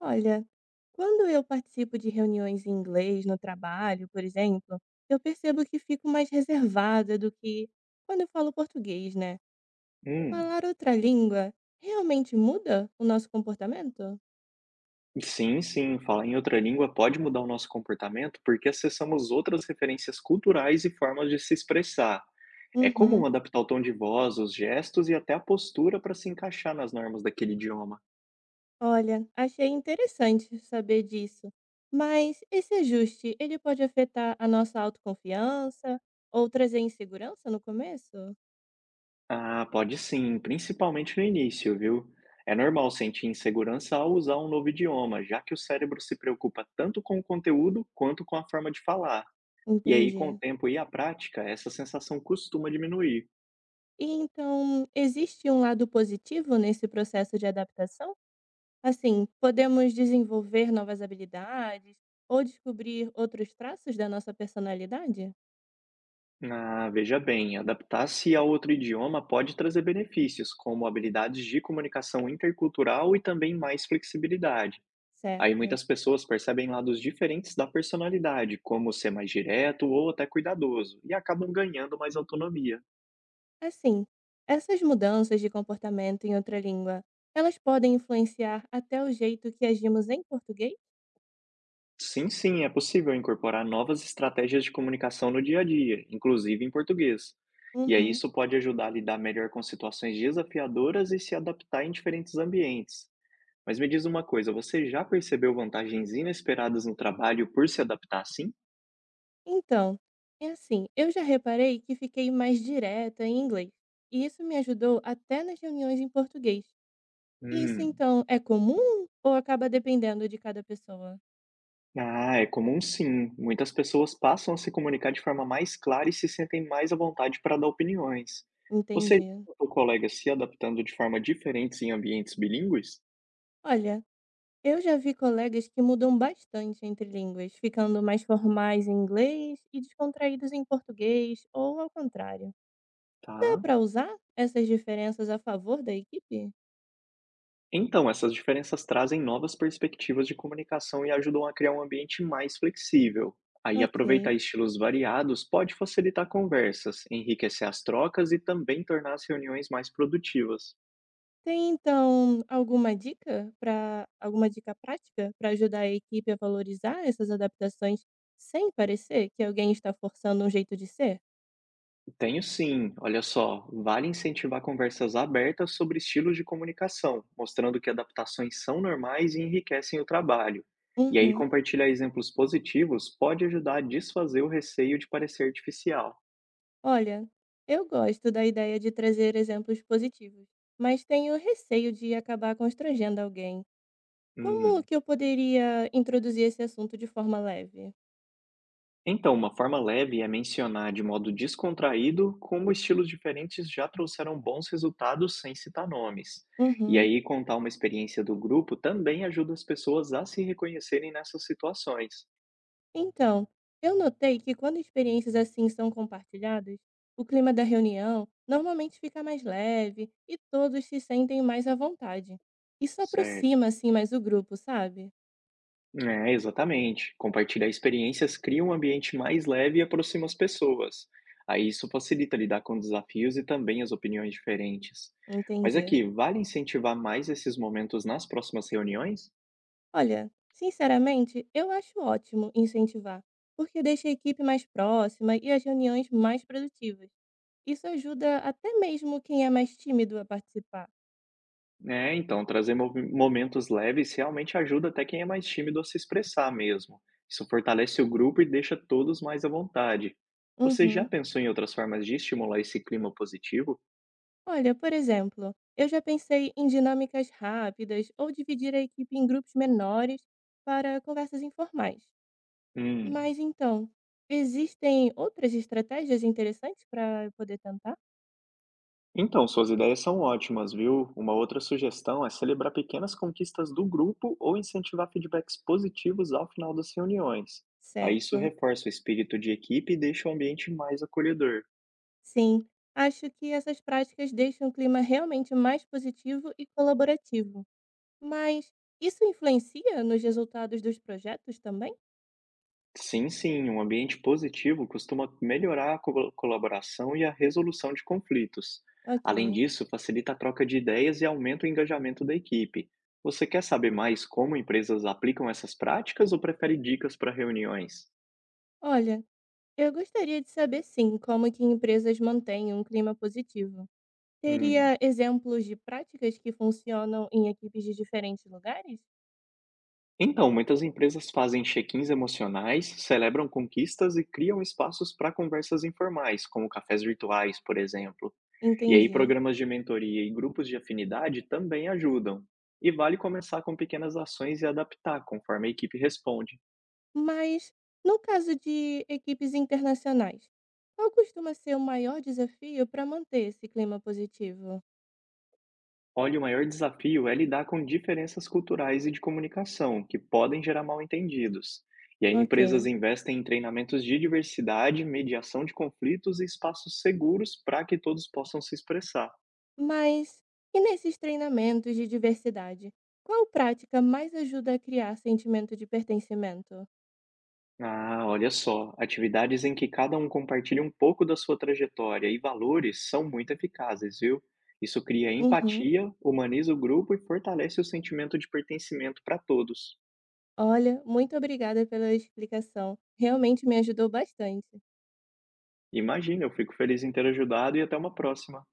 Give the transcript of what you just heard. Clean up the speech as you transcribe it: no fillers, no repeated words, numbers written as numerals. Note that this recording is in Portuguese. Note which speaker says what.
Speaker 1: Olha, quando eu participo de reuniões em inglês no trabalho, por exemplo, eu percebo que fico mais reservada do que quando eu falo português, né?
Speaker 2: Hum,
Speaker 1: Falar outra língua realmente muda o nosso comportamento?
Speaker 2: e sim, falar em outra língua pode mudar o nosso comportamento porque acessamos outras referências culturais e formas de se expressar. É comum
Speaker 1: Uhum.
Speaker 2: adaptar o tom de voz, os gestos e até a postura para se encaixar nas normas daquele idioma.
Speaker 1: Olha, achei interessante saber disso. Mas esse ajuste, ele pode afetar a nossa autoconfiança ou trazer insegurança no começo?
Speaker 2: Ah, pode sim, principalmente no início, viu? É normal sentir insegurança ao usar um novo idioma, já que o cérebro se preocupa tanto com o conteúdo quanto com a forma de falar. E aí, com o
Speaker 1: Entendi.
Speaker 2: tempo e a prática, essa sensação costuma diminuir.
Speaker 1: E então, existe um lado positivo nesse processo de adaptação? Assim, podemos desenvolver novas habilidades ou descobrir outros traços da nossa personalidade?
Speaker 2: Ah, veja bem, adaptar-se a outro idioma pode trazer benefícios, como habilidades de comunicação intercultural e também mais flexibilidade. Aí
Speaker 1: Certo.
Speaker 2: muitas pessoas percebem lados diferentes da personalidade, como ser mais direto ou até cuidadoso, e acabam ganhando mais autonomia.
Speaker 1: Assim, essas mudanças de comportamento em outra língua, elas podem influenciar até o jeito que agimos em português?
Speaker 2: Sim, é possível incorporar novas estratégias de comunicação no dia a dia, inclusive em português. E aí
Speaker 1: Uhum.
Speaker 2: isso pode ajudar a lidar melhor com situações desafiadoras e se adaptar em diferentes ambientes. Mas me diz uma coisa, você já percebeu vantagens inesperadas no trabalho por se adaptar assim?
Speaker 1: Então, é assim, eu já reparei que fiquei mais direta em inglês, e isso me ajudou até nas reuniões em português. E isso
Speaker 2: Hum.
Speaker 1: então é comum ou acaba dependendo de cada pessoa?
Speaker 2: Ah, é comum sim. Muitas pessoas passam a se comunicar de forma mais clara e se sentem mais à vontade para dar opiniões. Você já
Speaker 1: Entendi.
Speaker 2: notou colegas se adaptando de forma diferente em ambientes bilíngues?
Speaker 1: Olha, eu já vi colegas que mudam bastante entre línguas, ficando mais formais em inglês e descontraídos em português, ou ao contrário. Dá
Speaker 2: Tá.
Speaker 1: para usar essas diferenças a favor da equipe?
Speaker 2: Então, essas diferenças trazem novas perspectivas de comunicação e ajudam a criar um ambiente mais flexível. Aí, aproveitar
Speaker 1: Ok.
Speaker 2: estilos variados pode facilitar conversas, enriquecer as trocas e também tornar as reuniões mais produtivas.
Speaker 1: Tem então alguma dica prática para ajudar a equipe a valorizar essas adaptações sem parecer que alguém está forçando um jeito de ser?
Speaker 2: Tenho sim, olha só, vale incentivar conversas abertas sobre estilos de comunicação, mostrando que adaptações são normais e enriquecem o trabalho. E aí,
Speaker 1: Uhum.
Speaker 2: compartilhar exemplos positivos pode ajudar a desfazer o receio de parecer artificial.
Speaker 1: Olha, eu gosto da ideia de trazer exemplos positivos, mas tenho receio de acabar constrangendo alguém. Como
Speaker 2: Hum.
Speaker 1: que eu poderia introduzir esse assunto de forma leve?
Speaker 2: Então, uma forma leve é mencionar de modo descontraído como estilos diferentes já trouxeram bons resultados sem citar nomes. E
Speaker 1: Uhum.
Speaker 2: aí, contar uma experiência do grupo também ajuda as pessoas a se reconhecerem nessas situações.
Speaker 1: Então, eu notei que quando experiências assim são compartilhadas, o clima da reunião normalmente fica mais leve e todos se sentem mais à vontade. Isso
Speaker 2: Certo.
Speaker 1: aproxima assim mais o grupo, sabe?
Speaker 2: É, exatamente. Compartilhar experiências cria um ambiente mais leve e aproxima as pessoas. Aí isso facilita lidar com desafios e também as opiniões diferentes. Mas
Speaker 1: Entendi.
Speaker 2: aqui, vale incentivar mais esses momentos nas próximas reuniões?
Speaker 1: Olha, sinceramente, eu acho ótimo incentivar, porque deixa a equipe mais próxima e as reuniões mais produtivas. Isso ajuda até mesmo quem é mais tímido a participar.
Speaker 2: É, então, trazer movi momentos leves realmente ajuda até quem é mais tímido a se expressar mesmo. Isso fortalece o grupo e deixa todos mais à vontade. Você já
Speaker 1: Uhum.
Speaker 2: pensou em outras formas de estimular esse clima positivo?
Speaker 1: Olha, por exemplo, eu já pensei em dinâmicas rápidas ou dividir a equipe em grupos menores para conversas informais.
Speaker 2: Hum.
Speaker 1: Mas então, existem outras estratégias interessantes para eu poder tentar?
Speaker 2: Então, suas ideias são ótimas, viu? Uma outra sugestão é celebrar pequenas conquistas do grupo ou incentivar feedbacks positivos ao final das reuniões. Aí isso
Speaker 1: Certo.
Speaker 2: reforça o espírito de equipe e deixa o ambiente mais acolhedor.
Speaker 1: Sim, acho que essas práticas deixam o clima realmente mais positivo e colaborativo. Mas isso influencia nos resultados dos projetos também?
Speaker 2: Sim, um ambiente positivo costuma melhorar a colaboração e a resolução de conflitos. Além
Speaker 1: Ok.
Speaker 2: disso, facilita a troca de ideias e aumenta o engajamento da equipe. Você quer saber mais como empresas aplicam essas práticas ou prefere dicas para reuniões?
Speaker 1: Olha, eu gostaria de saber sim como que empresas mantêm um clima positivo.
Speaker 2: Hum.
Speaker 1: Teria exemplos de práticas que funcionam em equipes de diferentes lugares?
Speaker 2: Então, muitas empresas fazem check-ins emocionais, celebram conquistas e criam espaços para conversas informais, como cafés virtuais, por exemplo. E aí,
Speaker 1: Entendi.
Speaker 2: programas de mentoria e grupos de afinidade também ajudam. E vale começar com pequenas ações e adaptar conforme a equipe responde.
Speaker 1: Mas no caso de equipes internacionais, qual costuma ser o maior desafio para manter esse clima positivo?
Speaker 2: Olha, o maior desafio é lidar com diferenças culturais e de comunicação, que podem gerar mal-entendidos. E aí, empresas
Speaker 1: Ok.
Speaker 2: investem em treinamentos de diversidade, mediação de conflitos e espaços seguros para que todos possam se expressar.
Speaker 1: Mas e nesses treinamentos de diversidade? Qual prática mais ajuda a criar sentimento de pertencimento?
Speaker 2: Ah, olha só, atividades em que cada um compartilha um pouco da sua trajetória e valores são muito eficazes, viu? Isso cria
Speaker 1: Uhum.
Speaker 2: empatia, humaniza o grupo e fortalece o sentimento de pertencimento para todos.
Speaker 1: Olha, muito obrigada pela explicação. Realmente me ajudou bastante.
Speaker 2: Imagina, eu fico feliz em ter ajudado e até uma próxima.